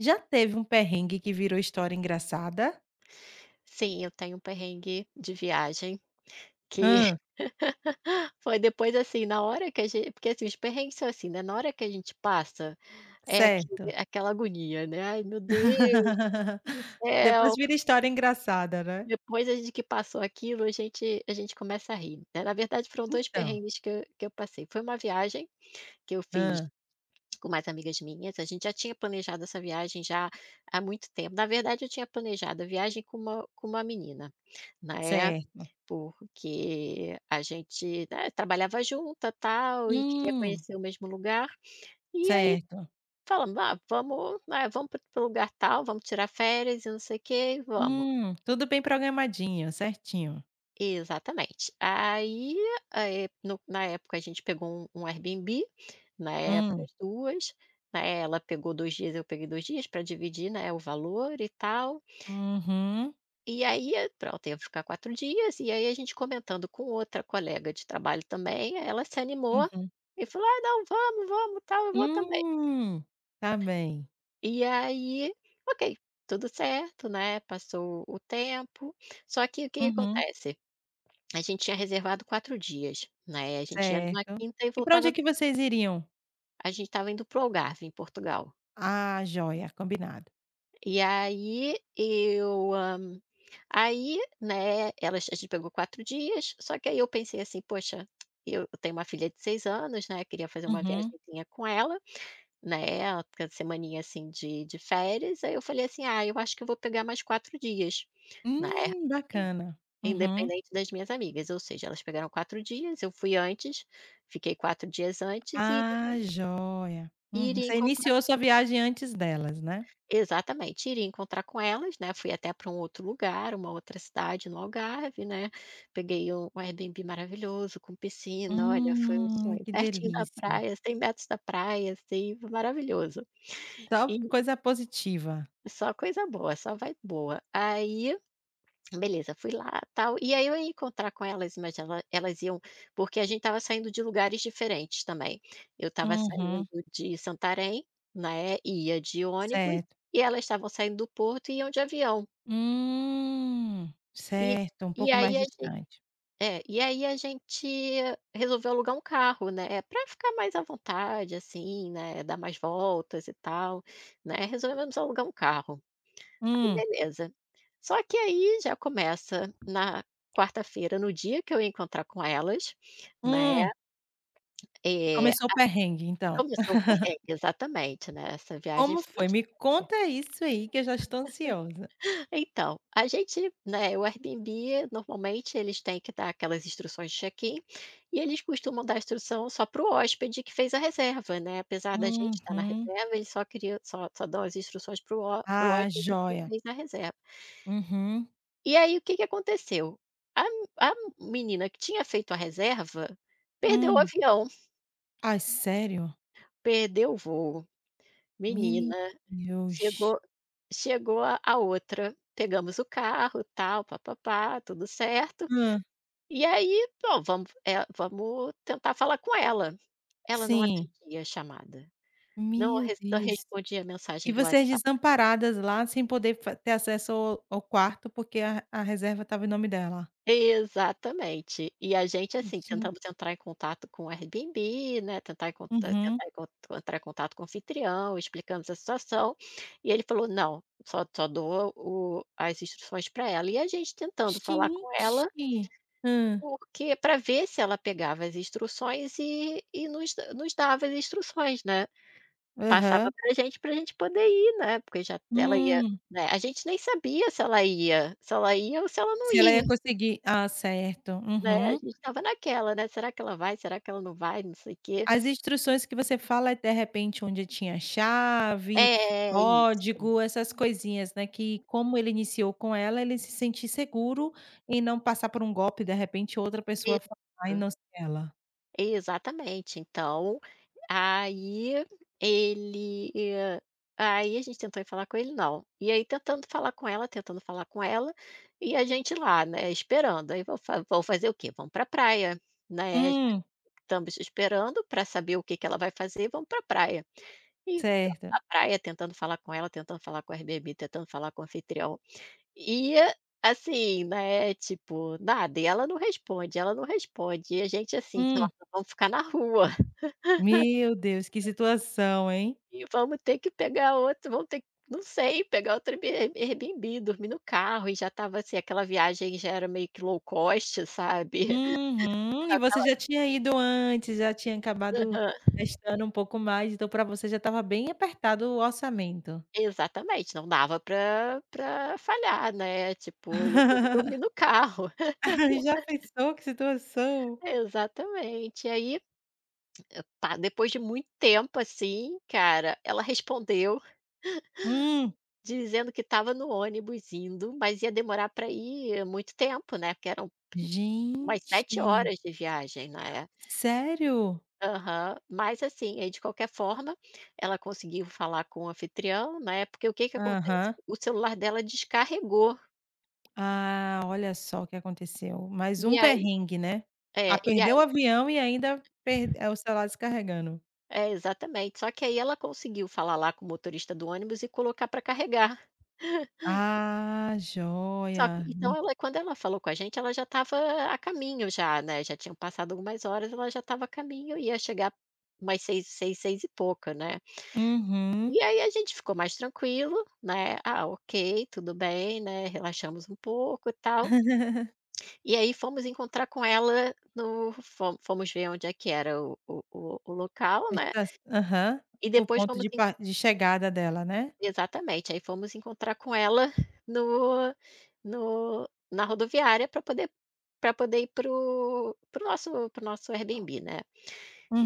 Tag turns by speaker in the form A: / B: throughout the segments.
A: Já teve um perrengue que virou história engraçada?
B: Sim, eu tenho um perrengue de viagem que
A: Hã.
B: foi depois, assim, na hora que a gente, porque, assim, os perrengues são assim, né, na hora que a gente passa, é
A: Certo.
B: aquela agonia, né, "Ai, meu Deus do
A: Depois
B: céu",
A: vira história engraçada, né?
B: depois a gente que passou aquilo, a gente começa a rir, né. Na verdade, foram 2
A: Então.
B: perrengues que eu passei. Foi uma viagem que eu fiz
A: Hã.
B: com mais amigas minhas, a gente já tinha planejado essa viagem já há muito tempo. Na verdade, eu tinha planejado a viagem com uma menina, né.
A: Certo.
B: Porque a gente, né, trabalhava junta, tal, e queria
A: Hum.
B: conhecer o mesmo lugar. E aí
A: Certo.
B: falamos: "Ah, vamos, né, vamos para o lugar tal, vamos tirar férias e não sei o quê e vamos".
A: Hum. Tudo bem programadinho, certinho.
B: Exatamente. Aí, no na época a gente pegou um Airbnb, né, para
A: Hum.
B: as 2, né, ela pegou 2 dias, eu peguei 2 dias para dividir, né, o valor e tal.
A: Uhum.
B: E aí, pronto, ia ficar 4 dias, e aí a gente comentando com outra colega de trabalho também, ela se animou
A: Uhum.
B: e falou: "Ah, não, vamos, vamos, tal, eu vou também".
A: Hum. Tá bem.
B: E aí, ok, tudo certo, né, passou o tempo, só que o que que
A: Uhum.
B: acontece? A gente tinha reservado 4 dias, né, a gente ia numa
A: Certo.
B: quinta e
A: E pra onde
B: voltava.
A: é que vocês iriam?
B: A gente estava indo para o Algarve, em Portugal.
A: Ah, joia, combinado.
B: E aí eu, aí, né, elas a gente pegou 4 dias, só que aí eu pensei assim: "Poxa, eu tenho uma filha de 6 anos, né, queria fazer uma
A: Uhum.
B: viagemzinha com ela, né, aquela semaninha assim de férias". Aí eu falei assim: "Ah, eu acho que eu vou pegar mais 4 dias", né,
A: Bacana. Uhum.
B: independente das minhas amigas, ou seja, elas pegaram 4 dias, eu fui antes, fiquei 4 dias antes e
A: Ah, joia.
B: e
A: Uhum.
B: iria
A: Você
B: encontrar.
A: iniciou sua viagem antes delas, né?
B: Exatamente, iria encontrar com elas, né, fui até para um outro lugar, uma outra cidade no Algarve, né, peguei um Airbnb maravilhoso com piscina, olha, foi um sonho,
A: Que
B: pertinho da
A: delícia.
B: praia, 100 metros da praia, assim, maravilhoso.
A: Só
B: E
A: coisa positiva.
B: só coisa boa, só vai boa. Aí, beleza, fui lá, tal, e aí eu ia encontrar com elas, mas elas iam, porque a gente estava saindo de lugares diferentes também. Eu estava saindo
A: Uhum,
B: de Santarém, né, e ia de ônibus,
A: certo.
B: e elas estavam saindo do Porto e iam de avião. E
A: Certo, um
B: e
A: pouco mais
B: aí a gen
A: distante.
B: e aí a gente resolveu alugar um carro, né, para ficar mais à vontade, assim, né, dar mais voltas e tal, né, resolvemos alugar um carro. Aí,
A: Hum,
B: beleza. Só que aí já começa na quarta-feira, no dia que eu ia encontrar com elas, né,
A: hum,
B: eh,
A: começou o perrengue então.
B: começou o perrengue, exatamente, né, essa viagem
A: Como
B: foi
A: foi? Me
B: histórica.
A: conta isso aí que eu já estou ansiosa.
B: Então, a gente, né, o Airbnb normalmente eles têm que dar aquelas instruções de check-in, e eles costumam dar instrução só para o hóspede que fez a reserva, né, apesar da gente estar na
A: Uhum.
B: reserva, eles só queria só só dão as instruções para o
A: Ah,
B: hóspede que
A: joia.
B: fez a reserva.
A: Uhum.
B: E aí, o que que aconteceu? A a menina que tinha feito a reserva perdeu o
A: Hum.
B: avião,
A: Ai, sério?
B: perdeu o voo.
A: Meu
B: Menina,
A: Deus.
B: chegou chegou a outra, pegamos o carro, tal, pá, tudo certo.
A: Hã,
B: E aí, bom, vamos, vamos tentar falar com ela. Ela não
A: sim.
B: atendia a chamada, não
A: Meu
B: res não
A: Deus.
B: respondia a
A: E
B: mensagem do
A: vocês
B: WhatsApp.
A: desamparadas lá, sem poder fa ter acesso ao quarto, porque a reserva estava em nome dela?
B: Exatamente. E a gente, assim,
A: Gen
B: tentamos entrar em contato com o Airbnb, né, tentar em con eh,
A: Uhum.
B: tentar em con entrar em contato com o anfitrião, explicamos a situação, e ele falou: "Não, só dou o as instruções para ela". E a gente tentando falar com ela,
A: Gente! Hã.
B: porque para ver se ela pegava as instruções e nos dava as instruções, né.
A: Aham.
B: Passava para a gente poder ir, né, porque já ela ia,
A: Hum.
B: né, a gente nem sabia se ela ia ou se ela não
A: Se ela ia
B: ia.
A: conseguir, certo.
B: Né, a
A: Uhum.
B: gente estava naquela, né, será que ela vai, será que ela não vai, não sei o quê.
A: As instruções que você fala é, de repente, onde tinha chave,
B: É, isso,
A: código, essas coisinhas, né, que como ele iniciou com ela, ele se sentir seguro em não passar por um golpe, de repente, outra pessoa falar e
B: exato.
A: não ser ela.
B: Exatamente. Então, aí ele eh, aí a gente tentou ir falar com ele, não. E aí tentando falar com ela, tentando falar com ela, e a gente lá, né, esperando. Aí, vou fazer o quê? Vamos pra praia, né, já
A: Hum.
B: que estamos esperando para saber o que que ela vai fazer, vamos pra praia. E
A: Certo.
B: a praia, tentando falar com ela, tentando falar com a Airbnb, tentando falar com o anfitrião. E, assim, né, tipo, nada, e ela não responde, e a gente assim:
A: Hum.
B: "Nossa, vamos ficar na rua
A: Meu Deus, que situação, hein?
B: e vamos ter que, não sei, pegar outro Airbnb, dormir no carro", e já estava assim, aquela viagem já era meio que low cost, sabe.
A: Uhum. E
B: Já
A: você
B: estava,
A: já tinha ido antes, já tinha acabado
B: aham,
A: gastando um pouco mais, então para você já estava bem apertado o orçamento.
B: exatamente, não dava pra falhar, né, tipo, ia ter que dormir no carro.
A: Ai, já pensou, que situação?
B: Exatamente. E aí, tá, depois de muito tempo, assim, cara, ela respondeu.
A: Hum.
B: Dizendo que estava no ônibus indo, mas ia demorar para ir muito tempo, né, porque eram umas 7
A: Gente.
B: horas de viagem, né.
A: Sério?
B: Aham. Mas, assim, aí, de qualquer forma, ela conseguiu falar com o anfitrião, né, porque o que que acontece,
A: Aham.
B: o celular dela descarregou,
A: Ah, olha só o que aconteceu, mais um
B: e aí
A: perrengue, né? Ah,
B: é, e
A: perdeu o
B: aí
A: avião e ainda o celular descarregando.
B: exatamente. Só que aí ela conseguiu falar lá com o motorista do ônibus e colocar para carregar.
A: Ah,
B: Só que
A: joia.
B: então ela, quando ela falou com a gente, ela já estava a caminho já, né, já tinham passado algumas horas, ela já estava a caminho, ia chegar umas seis e pouca, né.
A: Uhum.
B: E aí a gente ficou mais tranquilo, né, "Ah, ok, tudo bem", né, relaxamos um pouco e tal. E aí fomos encontrar com ela no fom fomos ver onde é que era o local,
A: A
B: né,
A: esta Aham.
B: e
A: O
B: depois
A: ponto
B: fomos.
A: de chegada dela, né?
B: Exatamente, aí fomos encontrar com ela no no na rodoviária para poder ir pro nosso Airbnb, né.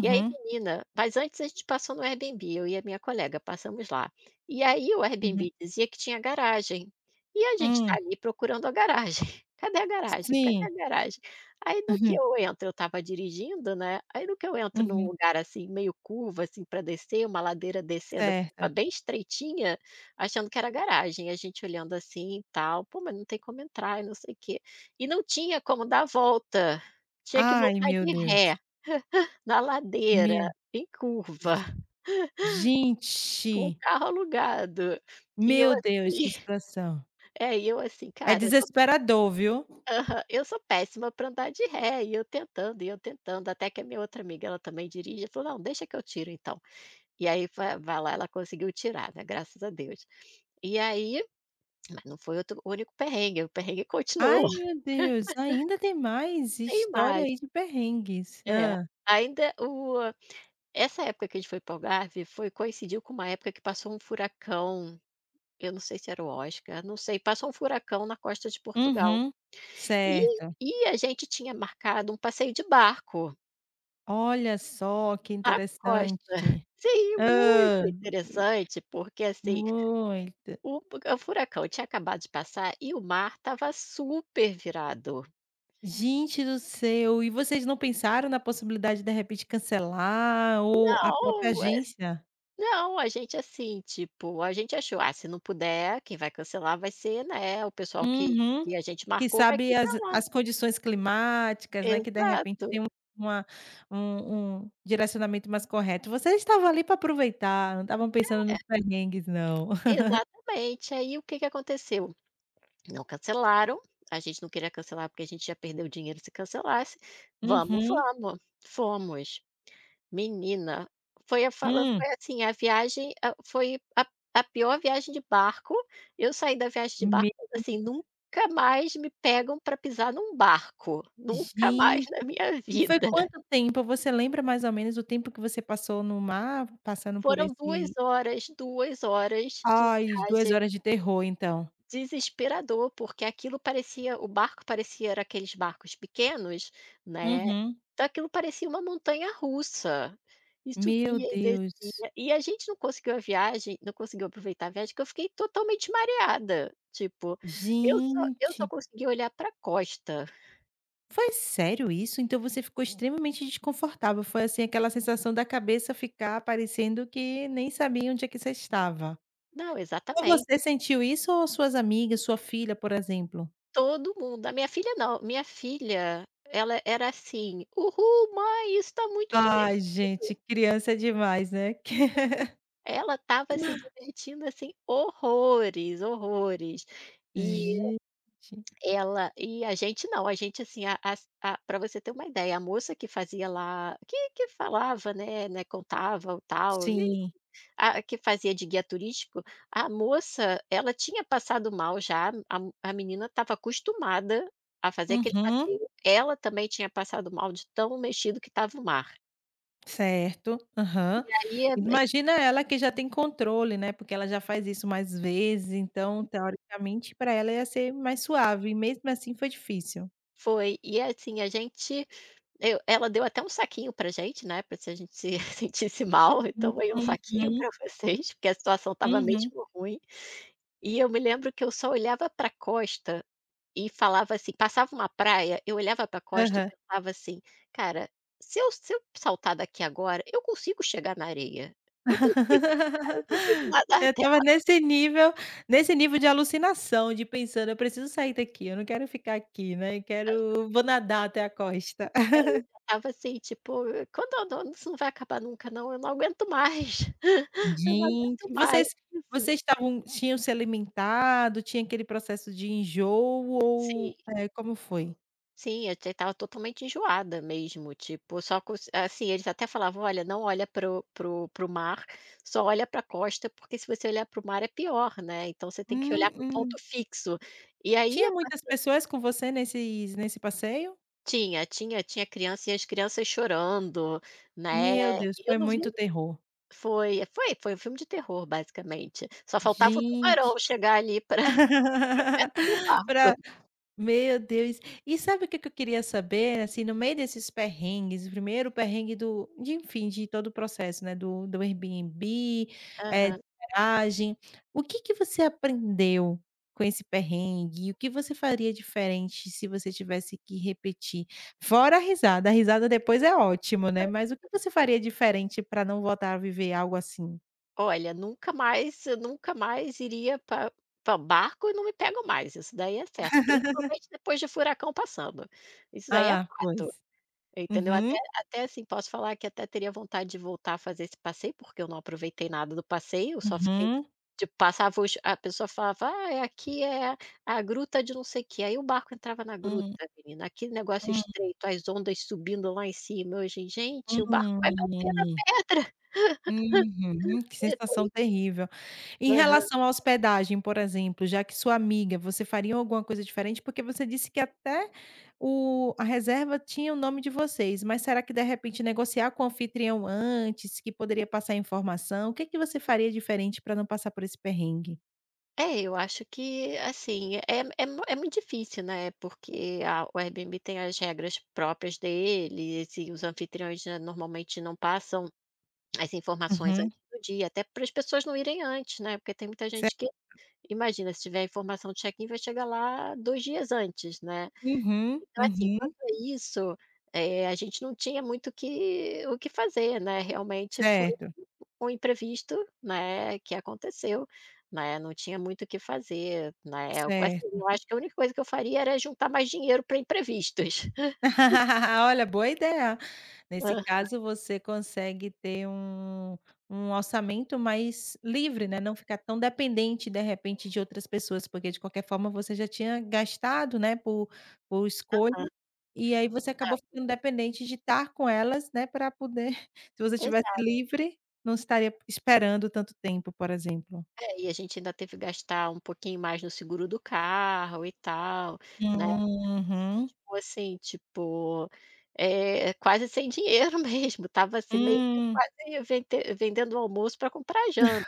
B: E aí, menina, mas antes a gente passou no Airbnb, eu e a minha colega passamos lá. E aí o
A: uhum.
B: Airbnb dizia que tinha garagem. E a gente tá
A: Hum,
B: ali procurando a garagem. Cadê a garagem? Cadê
A: sim.
B: a garagem? Aí, no que
A: Uhum,
B: eu entro, eu estava dirigindo, né? Aí, no que eu entro num
A: uhum.
B: lugar assim, meio curva, assim, para descer, uma ladeira descendo curva
A: Certa.
B: bem estreitinha, achando que era garagem. A gente olhando assim e tal, pô, mas não tem como entrar e não sei o quê. E não tinha como dar a volta. Tinha que
A: Ai,
B: voltar
A: meu
B: de
A: Deus.
B: ré. Na ladeira,
A: Meu
B: em curva, com o
A: Gente,
B: carro alugado. E eu
A: meu
B: assim
A: Deus, que situação.
B: e eu assim:
A: É
B: "Cara, eu sou
A: desesperador, viu.
B: pé eu sou péssima para andar de ré", e eu tentando, até que a minha outra amiga, ela também dirige, ela falou: "Não, deixa que eu tiro então". E aí, vai lá, ela conseguiu tirar, né, graças a Deus. E aí, mas não foi outro o único perrengue, o perrengue continuou.
A: Ai, meu Deus, ainda tem mais
B: Tem
A: história
B: mais.
A: aí de perrengues.
B: É. Ainda o essa época que a gente foi para o Algarve foi coincidiu com uma época que passou um furacão. Eu não sei se era o Oscar, não sei, passou um furacão na costa de Portugal.
A: Uhum.
B: E
A: Certo.
B: e a gente tinha marcado um passeio de barco
A: Olha só que
B: na costa.
A: interessante.
B: Sim, muito interessante, porque, assim,
A: Muito.
B: o o furacão tinha acabado de passar e o mar estava super virado.
A: Gente do céu, e vocês não pensaram na possibilidade de repente cancelar ou a própria
B: Não,
A: agência,
B: não, a gente, assim, tipo, a gente achou: "Ah, se não puder, quem vai cancelar vai ser, né, o pessoal que
A: uhum.
B: que a gente
A: Que
B: marcou vai
A: sabe as
B: cancelar".
A: as condições climáticas, né, que de repente
B: Exato,
A: tem um uma um um direcionamento mais correto. Vocês estavam ali para aproveitar, não estavam pensando nos perrengues não.
B: exatamente. Aí, o que que aconteceu? Não cancelaram, a gente não queria cancelar, porque a gente ia perder o dinheiro se cancelasse. "Vamos,
A: Uhum.
B: vamos", fomos. Menina,
A: Hum.
B: foi assim, a viagem, a foi a pior viagem de barco. Eu saí da viagem de barco
A: Me
B: assim: "Nunca mais me pegam para pisar num barco, nunca mais
A: Gente,
B: na minha
A: e
B: vida".
A: foi quanto tempo? Você lembra mais ou menos o tempo que você passou no mar, passando por
B: Foram
A: esse.
B: 2 horas, 2 horas de
A: Ai, 2
B: viagem.
A: horas de terror então.
B: Desesperador, porque aquilo parecia, o barco parecia era aqueles barcos pequenos, né,
A: Uhum.
B: então aquilo parecia uma montanha russa, e
A: Meu
B: subia e
A: Deus.
B: descia, e a gente não conseguiu aproveitar a viagem, porque eu fiquei totalmente mareada, tipo, eu só
A: Gente,
B: consegui olhar para a costa.
A: foi sério isso? Então você ficou extremamente desconfortável, foi assim aquela sensação da cabeça ficar parecendo que nem sabia onde é que você estava.
B: Não,
A: Só
B: exatamente,
A: você sentiu isso ou suas amigas, sua filha, por exemplo?
B: todo mundo, a minha filha não, minha filha, ela era assim: "Uhul, mãe, isso está muito".
A: Ai gente, criança é demais, né.
B: Ela estava se divertindo, assim, horrores, horrores. E
A: Gente.
B: ela e a gente não, a gente assim, a as você ter uma ideia, a moça que fazia lá que falava, né, contava o tal, e
A: Sim.
B: a que fazia de guia turístico, a moça, ela tinha passado mal já, a menina estava acostumada a fazer aquele
A: Uhum.
B: passeio, ela também tinha passado mal de tão mexido que estava o mar.
A: Certo, aham.
B: Aí a gente
A: Imagina ela que já tem controle, né, porque ela já faz isso mais vezes, então teoricamente para ela ia ser mais suave e mesmo assim foi difícil.
B: foi, e, assim, a gente. Eu, ela deu até um saquinho pra gente, né, pra se a gente se sentisse mal, então, "Aí um saquinho
A: Uhum,
B: pra vocês", porque a situação estava
A: uhum,
B: mesmo ruim. E eu me lembro que eu só olhava pra costa e falava assim, passava uma praia, eu olhava pra costa e
A: aham.
B: pensava assim: "Cara, se eu saltar daqui agora, eu consigo chegar na areia, eu consigo chegar, eu consigo nadar
A: Eu
B: até
A: estava
B: lá".
A: nesse nível de alucinação, de pensando: "Eu preciso sair daqui, eu não quero ficar aqui, né, eu quero vou nadar até a costa".
B: É, eu pensava assim, tipo: "Quando eu não- Isso não vai acabar nunca não, eu não aguento mais, eu não
A: Gente,
B: aguento
A: e
B: mais
A: vocês
B: isso".
A: vocês estavam tinham se alimentado, tinha aquele processo de enjoo
B: Sim.
A: ou, como foi?
B: Sim, eu estava totalmente enjoada mesmo, tipo, só cons assim, eles até falavam: "Olha, não olha pro mar, só olha para a costa, porque se você olhar para o mar é pior, né, então você tem que
A: Hum,
B: olhar para o ponto
A: hum.
B: fixo". E aí
A: Tinha
B: a pa
A: muitas pessoas com você nesse passeio?
B: tinha, tinha criança e as crianças chorando, né,
A: Meu Deus,
B: e eu
A: foi
B: não vi
A: muito terror.
B: foi foi foi um filme de terror, basicamente, só faltava o
A: Gente.
B: tubarão chegar ali para perto do barco.
A: Pra Meu Deus. E sabe o que que eu queria saber, assim, no meio desses perrengues, o primeiro perrengue do de enfim, de todo o processo, né, do Airbnb, de
B: Aham.
A: garagem, o que que você aprendeu com esse perrengue? O que você faria diferente se você tivesse que repetir? Fora a risada depois é ótimo, né, mas o que você faria diferente para não voltar a viver algo assim?
B: Olha, nunca mais iria para barco, e não me pego mais, isso daí é certo, principalmente depois de furacão passando, isso daí é
A: Ah,
B: fato,
A: pois.
B: entendeu? Até
A: Uhum,
B: até, assim, posso falar que até teria vontade de voltar a fazer esse passeio, porque eu não aproveitei nada do passeio. Eu só fiquei,
A: uhum.
B: tipo, passava os a pessoa falava: "Ah, é aqui é a gruta de não sei o quê", aí o barco entrava na gruta,
A: Hum,
B: menina, aquele negócio
A: hum,
B: estreito, as ondas subindo lá em cima, hoje, gente, o barco vai
A: hum,
B: bater na
A: hum.
B: pedra.
A: Uhum, que sensação terrível. Em relação à hospedagem, por exemplo, já que sua amiga, você faria alguma coisa diferente? Porque você disse que até o a reserva tinha o nome de vocês, mas será que de repente negociar com o anfitrião antes, que poderia passar informação? O que é que você faria diferente para não passar por esse perrengue?
B: É, eu acho que, assim, é é mui é muito difícil, né, porque a o Airbnb tem as regras próprias deles e os anfitriões, né, normalmente não passam as informações
A: Uhum,
B: antes do dia, até para as pessoas não irem antes, né, porque tem muita
A: cer
B: gente que, imagina, se tiver a informação do check-in, vai chegar lá 2 dias antes, né.
A: uhum,
B: Então, assim, quanto
A: uhum,
B: a isso, a gente não tinha muito o que fazer, né, realmente foi
A: certo,
B: um imprevisto, né, que aconteceu, né, não tinha muito o que fazer, né, eu, assim,
A: certo.
B: eu acho que a única coisa que eu faria era juntar mais dinheiro para imprevistos.
A: Olha, boa ideia. Nesse caso, você consegue ter um orçamento mais livre, né, não ficar tão dependente, de repente, de outras pessoas, porque de qualquer forma você já tinha gastado, né, por escolha,
B: Aham,
A: e aí você acabou
B: sabe.
A: ficando dependente de estar com elas, né, para poder se você tivesse
B: Exato.
A: livre, não estaria esperando tanto tempo, por exemplo.
B: É, e a gente ainda teve que gastar um pouquinho mais no seguro do carro e tal, né, então fiquei
A: Uhum.
B: mesmo assim, tipo, quase sem dinheiro mesmo, estava assim meio que
A: Hum.
B: quase vendendo o almoço para comprar janta,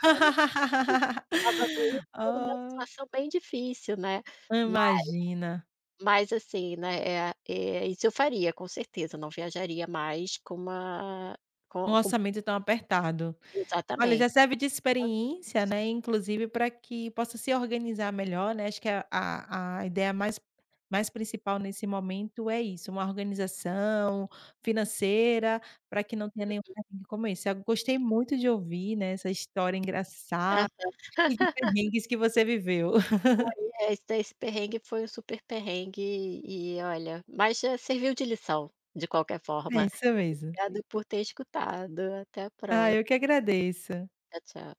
B: estava meio numa
A: Oh,
B: situação bem difícil, né.
A: imagina.
B: Mas, assim, né, isso eu faria com certeza, não viajaria mais com uma
A: Um
B: com
A: orçamento tão apertado. Olha, já
B: exatamente.
A: serve de experiência, né, inclusive para que possa se organizar melhor, né, acho que a ideia mais principal nesse momento é isso, uma organização financeira, para que não tenha nenhum perrengue como esse. Eu gostei muito de ouvir, né, essa história
B: É,
A: engraçada e de perrengues que você viveu.
B: foi esse perrengue foi um super perrengue, e olha, mas, serviu de lição, de qualquer
A: É,
B: forma.
A: isso mesmo.
B: Obrigada por ter escutado, até a
A: Ah,
B: próxima.
A: eu que agradeço.
B: Tchau, tchau.